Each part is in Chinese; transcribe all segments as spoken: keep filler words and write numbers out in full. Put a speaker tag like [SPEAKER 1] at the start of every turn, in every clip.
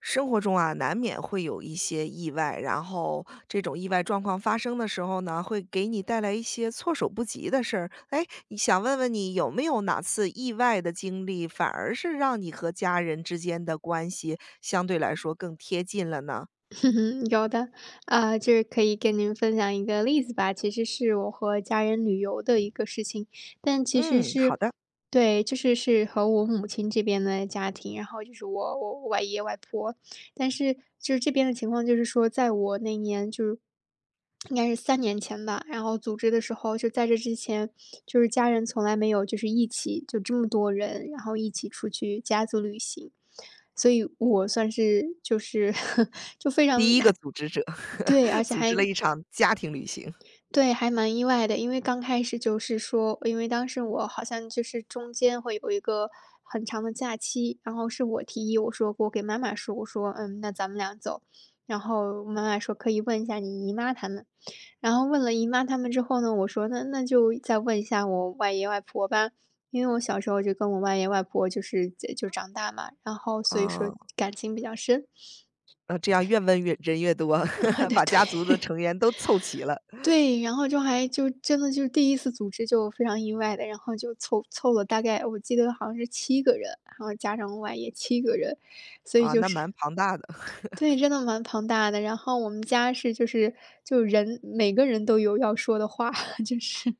[SPEAKER 1] 生活中啊，难免会有一些意外，然后这种意外状况发生的时候呢，会给你带来一些措手不及的事儿。哎，你想问问你有没有哪次意外的经历，反而是让你和家人之间的关系相对来说更贴近了呢？
[SPEAKER 2] 哼哼有的。啊，就是可以跟您分享一个例子吧。其实是我和家人旅游的一个事情，但其实
[SPEAKER 1] 嗯，好
[SPEAKER 2] 是
[SPEAKER 1] 的。
[SPEAKER 2] 对，就是是和我母亲这边的家庭，然后就是我我我外爷外婆。但是就是这边的情况，就是说，在我那年就是应该是三年前吧，然后组织的时候，就在这之前，就是家人从来没有就是一起就这么多人，然后一起出去家族旅行。所以我算是就是 就非常
[SPEAKER 1] 第一个
[SPEAKER 2] 还
[SPEAKER 1] 组织者
[SPEAKER 2] 对，而 且
[SPEAKER 1] 组织了
[SPEAKER 2] 还
[SPEAKER 1] 一场家庭旅行，
[SPEAKER 2] 对，还蛮意外的。因为刚开始就是说，因为当时我好像就是中间会有一个很长的假期，然后是我提议，我说我给妈妈说，我说嗯，那咱们俩走。然后妈妈说可以问一下你姨妈他们，然后问了姨妈他们之后呢，我说那那就再问一下我外爷外婆吧，因为我小时候就跟我外爷外婆就是就长大嘛，然后所以说
[SPEAKER 1] 哦，
[SPEAKER 2] 感情比较深。
[SPEAKER 1] 那这样越问越人越多，
[SPEAKER 2] 啊，对
[SPEAKER 1] 把家族的
[SPEAKER 2] 对。
[SPEAKER 1] 成员都凑齐了
[SPEAKER 2] 对，然后就还就真的就是第一次组织就非常意外的，然后就凑凑了大概我记得好像是七个人，然后加上我外也七个人，所以
[SPEAKER 1] 啊，
[SPEAKER 2] 就
[SPEAKER 1] 那
[SPEAKER 2] 是。
[SPEAKER 1] 蛮 庞大的。
[SPEAKER 2] 对，真的蛮庞大的。然后我们家是就是就人每个人都有要说的话，就是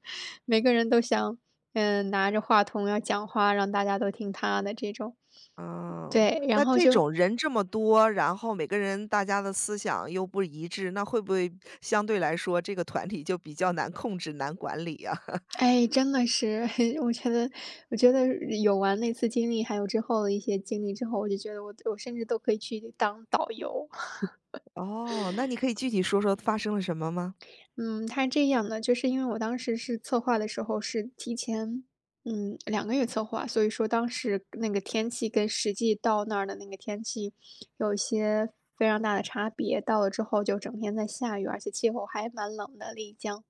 [SPEAKER 2] 每个人都想，嗯，拿着话筒要讲话，让大家都听他的这种。
[SPEAKER 1] 嗯，
[SPEAKER 2] 对，然
[SPEAKER 1] 那
[SPEAKER 2] 后
[SPEAKER 1] 这
[SPEAKER 2] 就
[SPEAKER 1] 种人这么多，然后每个人大家的思想又不一致，那会不会相对来说这个团体就比较难控制、难管理啊？
[SPEAKER 2] 哎，真的是，我觉得我觉得有完那次经历，还有之后的一些经历之后，我就觉得我我甚至都可以去当导游。
[SPEAKER 1] 哦，那你可以具体说说发生了什么吗？
[SPEAKER 2] 嗯，他是这样的，就是因为我当时是策划的时候是提前，嗯两个月策划，所以说当时那个天气跟实际到那儿的那个天气有一些非常大的差别，到了之后就整天在下雨，而且气候还蛮冷的，丽江。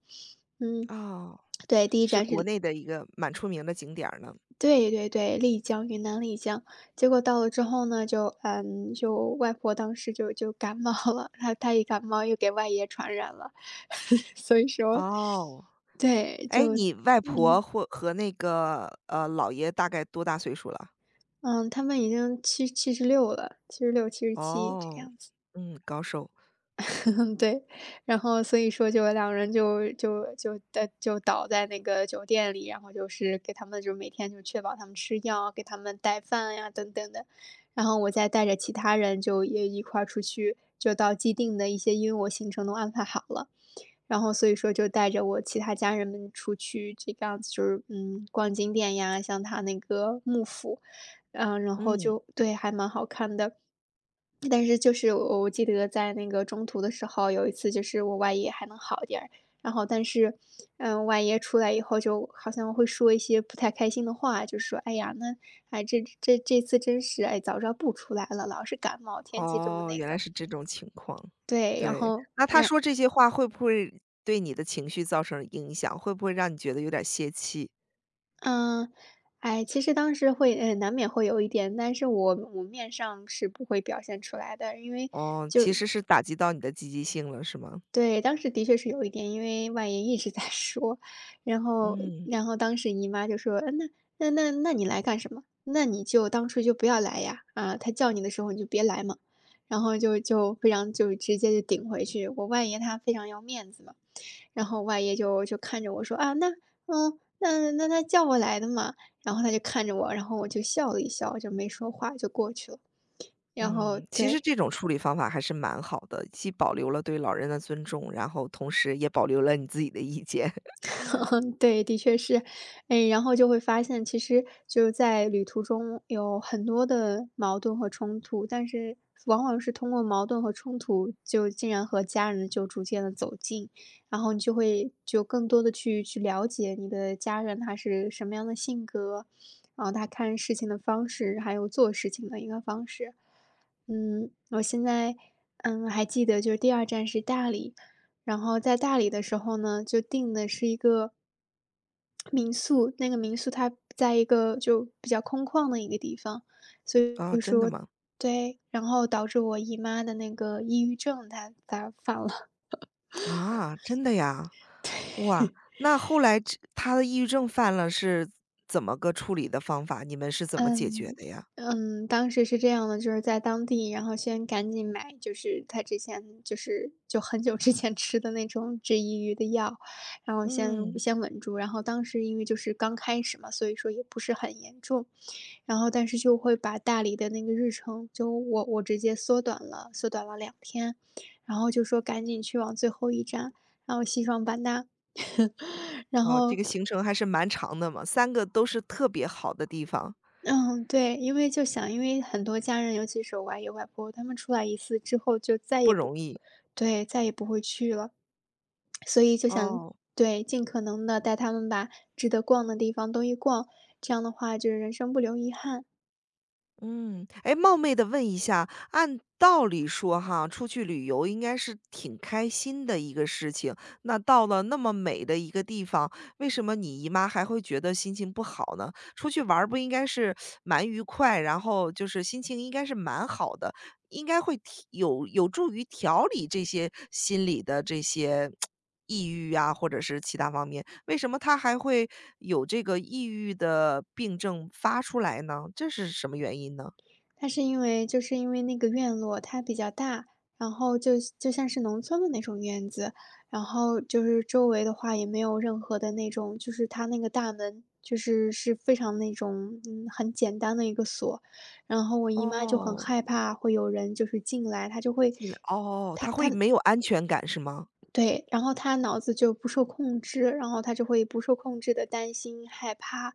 [SPEAKER 2] 嗯，
[SPEAKER 1] 哦，
[SPEAKER 2] 对，第一
[SPEAKER 1] 是
[SPEAKER 2] 站
[SPEAKER 1] 国
[SPEAKER 2] 是
[SPEAKER 1] 内的一个蛮出名的景点儿呢。
[SPEAKER 2] 对对对，丽江，云南丽江。结果到了之后呢，就嗯，就外婆当时就就感冒了，她她一感冒又给外爷传染了，所以说，
[SPEAKER 1] 哦，
[SPEAKER 2] 对，
[SPEAKER 1] 哎，
[SPEAKER 2] 就
[SPEAKER 1] 你外婆
[SPEAKER 2] 嗯
[SPEAKER 1] 或和那个呃姥爷大概多大岁数了？
[SPEAKER 2] 嗯，他们已经七七十六了七十六七十七这个
[SPEAKER 1] 哦，
[SPEAKER 2] 样子。
[SPEAKER 1] 嗯，高寿，
[SPEAKER 2] 嗯，对，然后所以说就两人就就就在就倒在那个酒店里，然后就是给他们就每天就确保他们吃药，给他们带饭呀等等的。然后我再带着其他人就也一块儿出去，就到既定的一些因为我行程都安排好了，然后所以说就带着我其他家人们出去，这个样子就是嗯逛景点呀，像他那个幕府，嗯，然后
[SPEAKER 1] 嗯。
[SPEAKER 2] 就对还蛮好看的。但是就是我我记得在那个中途的时候，有一次就是我外爷还能好点儿，然后但是，嗯，外爷出来以后就好像会说一些不太开心的话，就说：“哎呀，那哎这这这次真是哎，早知道不出来了，老是感冒，天气这么
[SPEAKER 1] 哦，
[SPEAKER 2] 那
[SPEAKER 1] 原来
[SPEAKER 2] 个。”
[SPEAKER 1] 是这种情况。
[SPEAKER 2] 对，然
[SPEAKER 1] 对，
[SPEAKER 2] 后
[SPEAKER 1] 那他
[SPEAKER 2] 让
[SPEAKER 1] 说这些话会不会对你的情绪造成影响？会不会让你觉得有点泄气？
[SPEAKER 2] 嗯，哎，其实当时会，呃，难免会有一点，但是我我面上是不会表现出来的，因为
[SPEAKER 1] 哦，其实是打击到你的积极性了，是吗？
[SPEAKER 2] 对，当时的确是有一点，因为外爷一直在 说，然后
[SPEAKER 1] 嗯
[SPEAKER 2] 然后当时姨妈就说：“嗯那那那那你来干什么？那你就当初就不要来呀，啊，他叫你的时候你就别来嘛。”然后就就非常就直接就顶回去。我外爷他非常要面子嘛，然后外爷就就看着我说：“啊，那嗯，那那他叫我来的嘛。”然后他就看着我，然后我就笑了一笑，就没说话就过去了。然后
[SPEAKER 1] 嗯，其实
[SPEAKER 2] 对。
[SPEAKER 1] 这种处理方法还是蛮好的，既保留了对老人的尊重，然后同时也保留了你自己的意见。
[SPEAKER 2] 对，的确是。哎，然后就会发现，其实就是在旅途中有很多的矛盾和冲突，但是往往是通过矛盾和冲突，就竟然和家人就逐渐的走近，然后你就会就更多的去去了解你的家人他是什么样的性格，然后他看事情的方式，还有做事情的一个方式。嗯，我现在，嗯，还记得就是第二站是大理，然后在大理的时候呢，就订的是一个民宿，那个民宿它在一个就比较空旷的一个地方，所以
[SPEAKER 1] 哦，
[SPEAKER 2] 就
[SPEAKER 1] 真的
[SPEAKER 2] 说
[SPEAKER 1] 吗？
[SPEAKER 2] 对，然后导致我姨妈的那个抑郁症它它犯了。
[SPEAKER 1] 啊，真的呀！哇，那后来这他的抑郁症犯了，是怎么个处理的方法？你们是怎么解决
[SPEAKER 2] 嗯，
[SPEAKER 1] 的呀？
[SPEAKER 2] 嗯，当时是这样的，就是在当地，然后先赶紧买，就是他之前就是就很久之前吃的那种治抑郁的药，然后先
[SPEAKER 1] 嗯。
[SPEAKER 2] 先稳住。然后当时因为就是刚开始嘛，所以说也不是很严重，然后但是就会把大理的那个日程，就我我直接缩短了，缩短了两天，然后就说赶紧去往最后一站，然后西双版纳，然
[SPEAKER 1] 哦，这
[SPEAKER 2] 后
[SPEAKER 1] 个行程还是蛮长的嘛，三个都是特别好的地方，
[SPEAKER 2] 嗯，对，因为就想因为很多家人，尤其是我外爷外婆，他们出来一次之后就再
[SPEAKER 1] 不
[SPEAKER 2] 也不
[SPEAKER 1] 容易。
[SPEAKER 2] 对，再也不会去了。所以就想
[SPEAKER 1] 哦，
[SPEAKER 2] 对，尽可能的带他们把值得逛的地方都一逛，这样的话就是人生不留遗憾。
[SPEAKER 1] 嗯，哎，冒昧的问一下，按道理说哈，出去旅游应该是挺开心的一个事情，那到了那么美的一个地方，为什么你姨妈还会觉得心情不好呢？出去玩儿不应该是蛮愉快，然后就是心情应该是蛮好的，应该会提有有助于调理这些心理的这些 抑郁啊，或者是其他方面，为什么他还会有这个抑郁的病症发出来呢？这是什么原因呢？
[SPEAKER 2] 但是因为就是因为那个院落它比较大，然后就就像是农村的那种院子，然后就是周围的话也没有任何的那种，就是它那个大门就是是非常那种，嗯，很简单的一个锁。然后我姨妈就很
[SPEAKER 1] 哦，
[SPEAKER 2] 害怕会有人就是进来，她就会
[SPEAKER 1] 进来哦，他会没有安全感是吗？
[SPEAKER 2] 对，然后他脑子就不受控制，然后他就会不受控制的担心、害怕，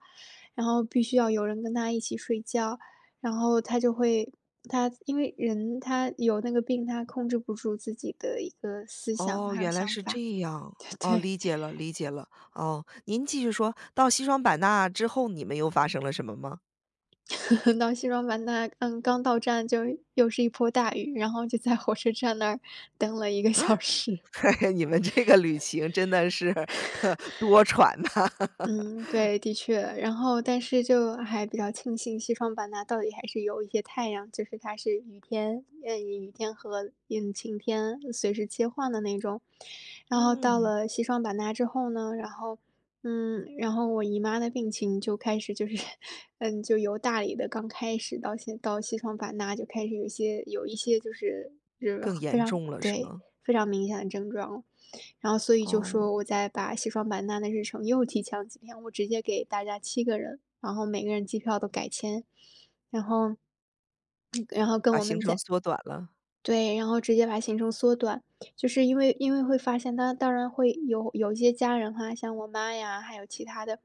[SPEAKER 2] 然后必须要有人跟他一起睡觉，然后他就会他因为人他有那个病，他控制不住自己的一个思想
[SPEAKER 1] 哦，
[SPEAKER 2] 还有
[SPEAKER 1] 原来
[SPEAKER 2] 想
[SPEAKER 1] 是
[SPEAKER 2] 法。
[SPEAKER 1] 这样。哦，
[SPEAKER 2] 对。
[SPEAKER 1] 理解了，理解了。哦，您继续说，到西双版纳之后，你们又发生了什么吗？
[SPEAKER 2] 到西双版纳，嗯，刚到站就又是一波大雨，然后就在火车站那儿等了一个小时。
[SPEAKER 1] 你们这个旅行真的是 多舛呐、
[SPEAKER 2] 嗯，对，的确。然后但是就还比较庆幸西双版纳到底还是有一些太阳，就是它是雨天，呃，雨天和嗯晴天随时切换的那种。然后到
[SPEAKER 1] 嗯，
[SPEAKER 2] 了西双版纳之后呢，然后，嗯，然后我姨妈的病情就开始就是，嗯，就由大理的刚开始到现到西双版纳就开始有一些有一些就是就是
[SPEAKER 1] 更
[SPEAKER 2] 非
[SPEAKER 1] 严
[SPEAKER 2] 常
[SPEAKER 1] 重了是
[SPEAKER 2] 对，
[SPEAKER 1] 吗？
[SPEAKER 2] 非常明显的症状。然后所以就
[SPEAKER 1] 哦，
[SPEAKER 2] 说我再把西双版纳的日程又提前了几天，我直接给大家七个人，然后每个人机票都改签，然后然后跟
[SPEAKER 1] 把
[SPEAKER 2] 我
[SPEAKER 1] 行
[SPEAKER 2] 们
[SPEAKER 1] 程
[SPEAKER 2] 在
[SPEAKER 1] 缩短了。
[SPEAKER 2] 对，然后直接把行程缩短。就是因为因为会发现，他当然会有有一些家人哈，像我妈呀，还有其他的，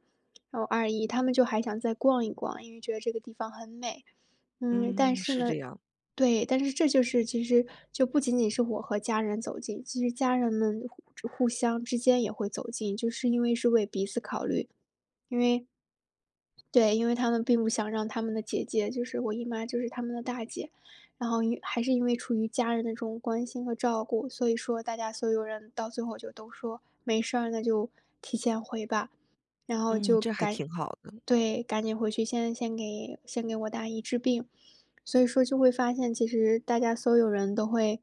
[SPEAKER 2] 然后二姨，他们就还想再逛一逛，因为觉得这个地方很美。嗯，但
[SPEAKER 1] 嗯，
[SPEAKER 2] 是
[SPEAKER 1] 是
[SPEAKER 2] 呢，
[SPEAKER 1] 这样。
[SPEAKER 2] 对，但是这就是其实就不仅仅是我和家人走近，其实家人们互互相之间也会走近，就是因为是为彼此考虑。因为对，因为他们并不想让他们的姐姐，就是我姨妈，就是他们的大姐，然后因还是因为出于家人的这种关心和照顾，所以说大家所有人到最后就都说没事儿，那就提前回吧，然后
[SPEAKER 1] 嗯，
[SPEAKER 2] 就
[SPEAKER 1] 这还
[SPEAKER 2] 赶
[SPEAKER 1] 挺好的。
[SPEAKER 2] 对，赶紧回去先先给先给我大姨治病。所以说就会发现，其实大家所有人都会，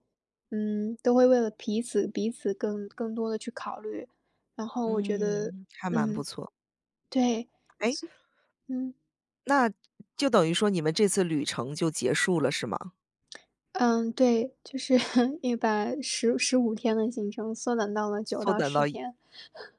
[SPEAKER 2] 嗯，都会为了彼此彼此更更多的去考虑。然后我觉得，
[SPEAKER 1] 嗯，还蛮不
[SPEAKER 2] 嗯，
[SPEAKER 1] 错。
[SPEAKER 2] 对，
[SPEAKER 1] 哎，
[SPEAKER 2] 嗯，
[SPEAKER 1] 那就等于说你们这次旅程就结束了是吗？
[SPEAKER 2] 嗯，对，就是 也把十十五天的行程缩短到了九
[SPEAKER 1] 缩
[SPEAKER 2] 到
[SPEAKER 1] 短
[SPEAKER 2] 十
[SPEAKER 1] 到一
[SPEAKER 2] 天，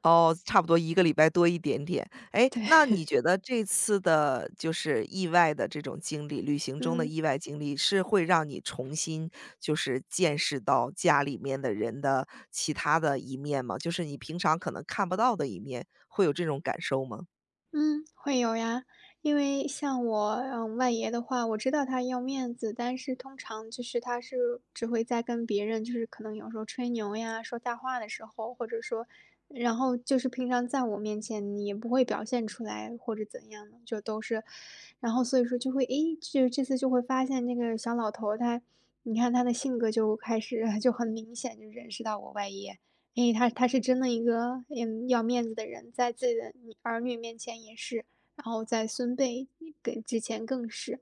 [SPEAKER 1] 哦，差不多一个礼拜多一点点。哎，
[SPEAKER 2] 对，
[SPEAKER 1] 那你觉得这次的就是意外的这种经历，旅行中的
[SPEAKER 2] 嗯。
[SPEAKER 1] 意外经历，是会让你重新就是见识到家里面的人的其他的一面吗？就是你平常可能看不到的一面，会有这种感受吗？
[SPEAKER 2] 嗯，会有呀，因为像我，嗯，外爷的话，我知道他要面子，但是通常就是他是只会在跟别人，就是可能有时候吹牛呀、说大话的时候，或者说，然后就是平常在我面前你也不会表现出来或者怎样的，就都是，然后所以说就会，诶，就这次就会发现那个小老头儿他，你看他的性格就开始 就很明显就认识到我外爷。因为他他是真的一个，嗯，要面子的人，在自己的女儿女面前也是，然后在孙辈跟之前更是，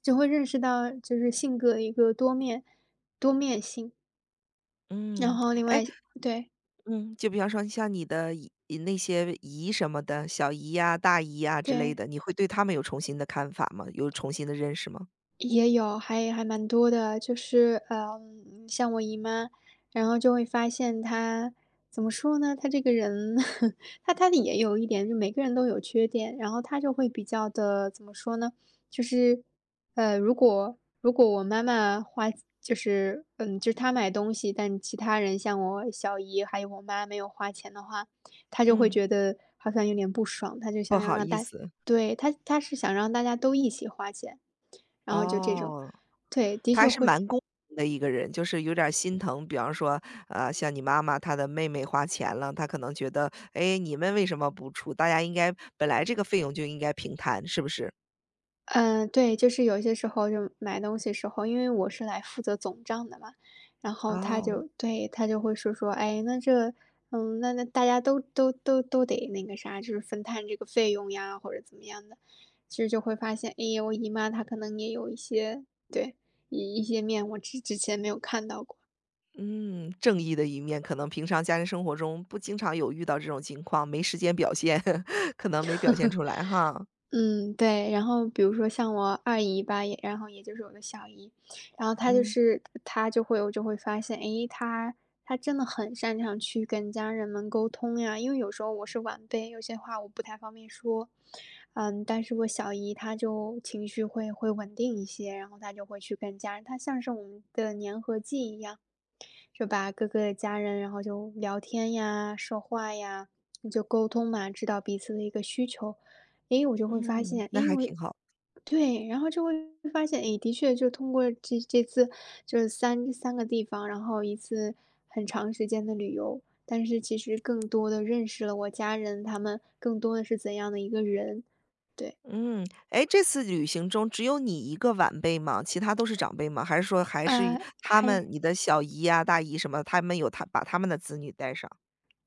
[SPEAKER 2] 就会认识到就是性格的一个多面多面性，然
[SPEAKER 1] 嗯，
[SPEAKER 2] 后另
[SPEAKER 1] 哎。
[SPEAKER 2] 外对，
[SPEAKER 1] 嗯，就比方说像你的姨呃那些姨什么的，小姨呀、大姨呀之类
[SPEAKER 2] 对。
[SPEAKER 1] 的，你会对他们有重新的看法吗？有重新的认识吗？
[SPEAKER 2] 也有，还还蛮多的，就是，嗯，像我姨妈，然后就会发现她怎么说呢？她这个人，她她也有一点，就每个人都有缺点，然后她就会比较的怎么说呢？就是，呃，如果如果我妈妈花，就是嗯，就是她买东西，但其他人像我小姨还有我妈没有花钱的话，她就会
[SPEAKER 1] 嗯。
[SPEAKER 2] 觉得好像有点不爽，她就
[SPEAKER 1] 不
[SPEAKER 2] 想要
[SPEAKER 1] 好
[SPEAKER 2] 让
[SPEAKER 1] 意
[SPEAKER 2] 大，
[SPEAKER 1] 思，
[SPEAKER 2] 对，她她是想让大家都一起花钱。然后就这种，
[SPEAKER 1] 哦，
[SPEAKER 2] 对，的
[SPEAKER 1] 他
[SPEAKER 2] 确
[SPEAKER 1] 还是
[SPEAKER 2] 会，
[SPEAKER 1] 蛮公平的一个人，就是有点儿心疼。比方说，呃，像你妈妈她的妹妹花钱了，她可能觉得，哎，你们为什么不出？大家应该本来这个费用就应该平摊，是不是？
[SPEAKER 2] 嗯，对，就是有些时候就买东西时候，因为我是来负责总账的嘛，然后他
[SPEAKER 1] 哦，
[SPEAKER 2] 就对，他就会说说，哎，那这，嗯，那那大家都都都都得那个啥，就是分摊这个费用呀，或者怎么样的，其实就会发现，哎呀，我姨妈她可能也有一些，对，一一些面我之之前没有看到过，
[SPEAKER 1] 嗯，正义的一面，可能平常家庭生活中不经常有遇到这种情况，没时间表现，可能没表现 出来哈。
[SPEAKER 2] 嗯，对，然后比如说像我二姨吧，也然后也就是我的小姨，然后她就
[SPEAKER 1] 嗯
[SPEAKER 2] 是她就会我就会发现，诶，她她真的很擅长去跟家人们沟通呀，因为有时候我是晚辈，有些话我不太方便说，嗯，但是我小姨她就情绪会会稳定一些，然后她就会去跟家人，她像是我们的粘合剂一样，就把各个家人，然后就聊天呀、说话呀，就沟通嘛，知道彼此的一个需求。诶，我就会发
[SPEAKER 1] 嗯，
[SPEAKER 2] 现，
[SPEAKER 1] 那
[SPEAKER 2] 诶，
[SPEAKER 1] 还
[SPEAKER 2] 我
[SPEAKER 1] 挺好。
[SPEAKER 2] 对，然后就会发现，诶，的确就通过这这次就是三三个地方，然后一次很长时间的旅游，但是其实更多的认识了我家人，他们更多的是怎样的一个人。对，
[SPEAKER 1] 嗯，哎，这次旅行中只有你一个晚辈吗？其他都是长辈吗？还是说还是
[SPEAKER 2] 呃，
[SPEAKER 1] 他
[SPEAKER 2] 还
[SPEAKER 1] 们你的小姨啊、大姨什么，他们有他把他们的子女带上？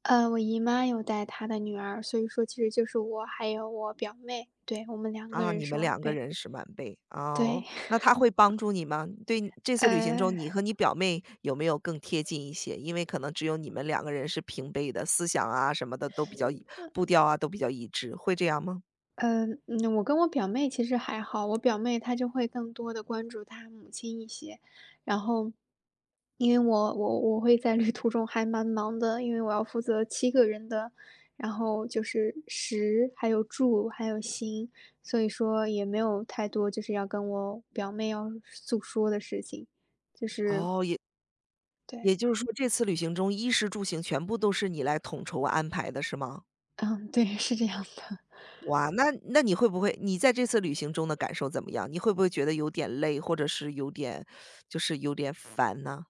[SPEAKER 2] 呃，我姨妈有带她的女儿，所以说其实就是我还有我表妹，对，我们两个
[SPEAKER 1] 啊，
[SPEAKER 2] 人
[SPEAKER 1] 你
[SPEAKER 2] 是
[SPEAKER 1] 们
[SPEAKER 2] 晚
[SPEAKER 1] 两个
[SPEAKER 2] 辈。
[SPEAKER 1] 人是晚辈，哦，
[SPEAKER 2] 对，
[SPEAKER 1] 那他会帮助你吗？对这次旅行中，
[SPEAKER 2] 呃，
[SPEAKER 1] 你和你表妹有没有更贴近一些？因为可能只有你们两个人是平辈的，思想啊什么的都比较一步调啊都比较一致，会这样吗？
[SPEAKER 2] 呃，嗯，我跟我表妹其实还好，我表妹她就会更多的关注她母亲一些。然后，因为我我我会在旅途中还蛮忙的，因为我要负责七个人的，然后就是食，还有住，还有行，所以说也没有太多就是要跟我表妹要诉说的事情，就是
[SPEAKER 1] 哦，也
[SPEAKER 2] 对，
[SPEAKER 1] 也就是说这次旅行中，衣食住行全部都是你来统筹安排的是吗？
[SPEAKER 2] 嗯，对，是这样的。
[SPEAKER 1] 哇，那那你会不会你在这次旅行中的感受怎么样？你会不会觉得有点累，或者是有点就是有点烦呢？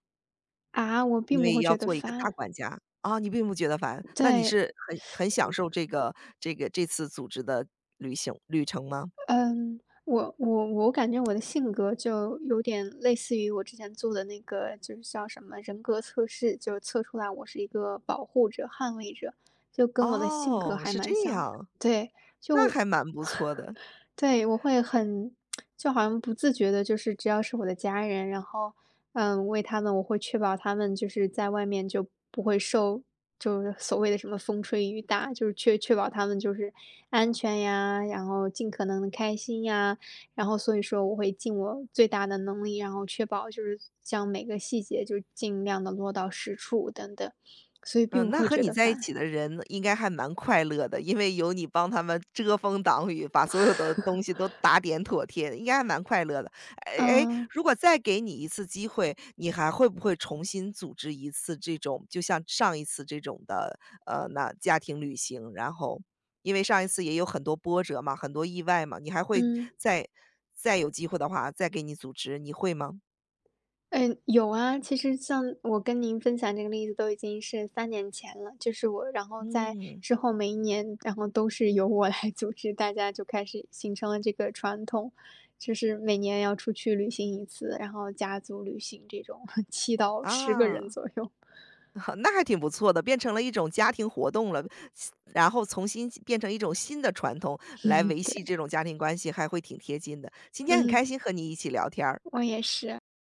[SPEAKER 2] 啊，我
[SPEAKER 1] 因
[SPEAKER 2] 并不
[SPEAKER 1] 为
[SPEAKER 2] 会
[SPEAKER 1] 要
[SPEAKER 2] 觉得
[SPEAKER 1] 做一个大
[SPEAKER 2] 烦，
[SPEAKER 1] 管家。啊，你并不觉得烦，那你
[SPEAKER 2] 对。
[SPEAKER 1] 是很很享受这个这个这次组织的旅行旅程吗？
[SPEAKER 2] 嗯，我我我感觉我的性格就有点类似于我之前做的那个，就是叫什么人格测试，就测出来我是一个保护者、捍卫者，就跟我的性格
[SPEAKER 1] 哦，
[SPEAKER 2] 还
[SPEAKER 1] 是
[SPEAKER 2] 蛮
[SPEAKER 1] 这
[SPEAKER 2] 像的。
[SPEAKER 1] 样，
[SPEAKER 2] 对，
[SPEAKER 1] 那
[SPEAKER 2] 就
[SPEAKER 1] 还蛮不错的。
[SPEAKER 2] 对，我会很就好像不自觉的，就是只要是我的家人，然后，嗯，为他们我会确保他们就是在外面就不会受就是所谓的什么风吹雨打，就是确确保他们就是安全呀，然后尽可能的开心呀，然后所以说我会尽我最大的能力，然后确保就是将每个细节就尽量的落到实处等等，所以并
[SPEAKER 1] 嗯，
[SPEAKER 2] 不
[SPEAKER 1] 那
[SPEAKER 2] 会
[SPEAKER 1] 和
[SPEAKER 2] 觉
[SPEAKER 1] 你
[SPEAKER 2] 得
[SPEAKER 1] 在一
[SPEAKER 2] 烦。
[SPEAKER 1] 起的人应该还蛮快乐的，因为有你帮他们遮风挡雨，把所有的东西 都打点妥帖，应该还蛮快乐的。哎，诶，
[SPEAKER 2] 嗯，
[SPEAKER 1] 如果再给你一次机会，你还会不会重新组织一次这种就像上一次这种的，呃，那家庭旅行，然后因为上一次也有很多波折嘛，很多意外嘛，你还会
[SPEAKER 2] 嗯。
[SPEAKER 1] 再再有机会的话，再给你组织，你会吗？
[SPEAKER 2] 嗯，有啊，其实像我跟您分享这个例子都已经是三年前了，就是我然后在
[SPEAKER 1] 嗯，
[SPEAKER 2] 之后每一年，然后都是由我来 组织，大家就开始形成了这个传统，就是每年要出去旅行一次，然后家族旅行这种 七到十个人
[SPEAKER 1] 啊。
[SPEAKER 2] 左右，
[SPEAKER 1] 那还挺不错的，变成了一种家庭活动了，然后重新变成一种新的传统来维
[SPEAKER 2] 对，
[SPEAKER 1] 系这种家庭关系，还会挺贴近的。今天很
[SPEAKER 2] 嗯，
[SPEAKER 1] 开心和你一起聊天儿。
[SPEAKER 2] 我也是。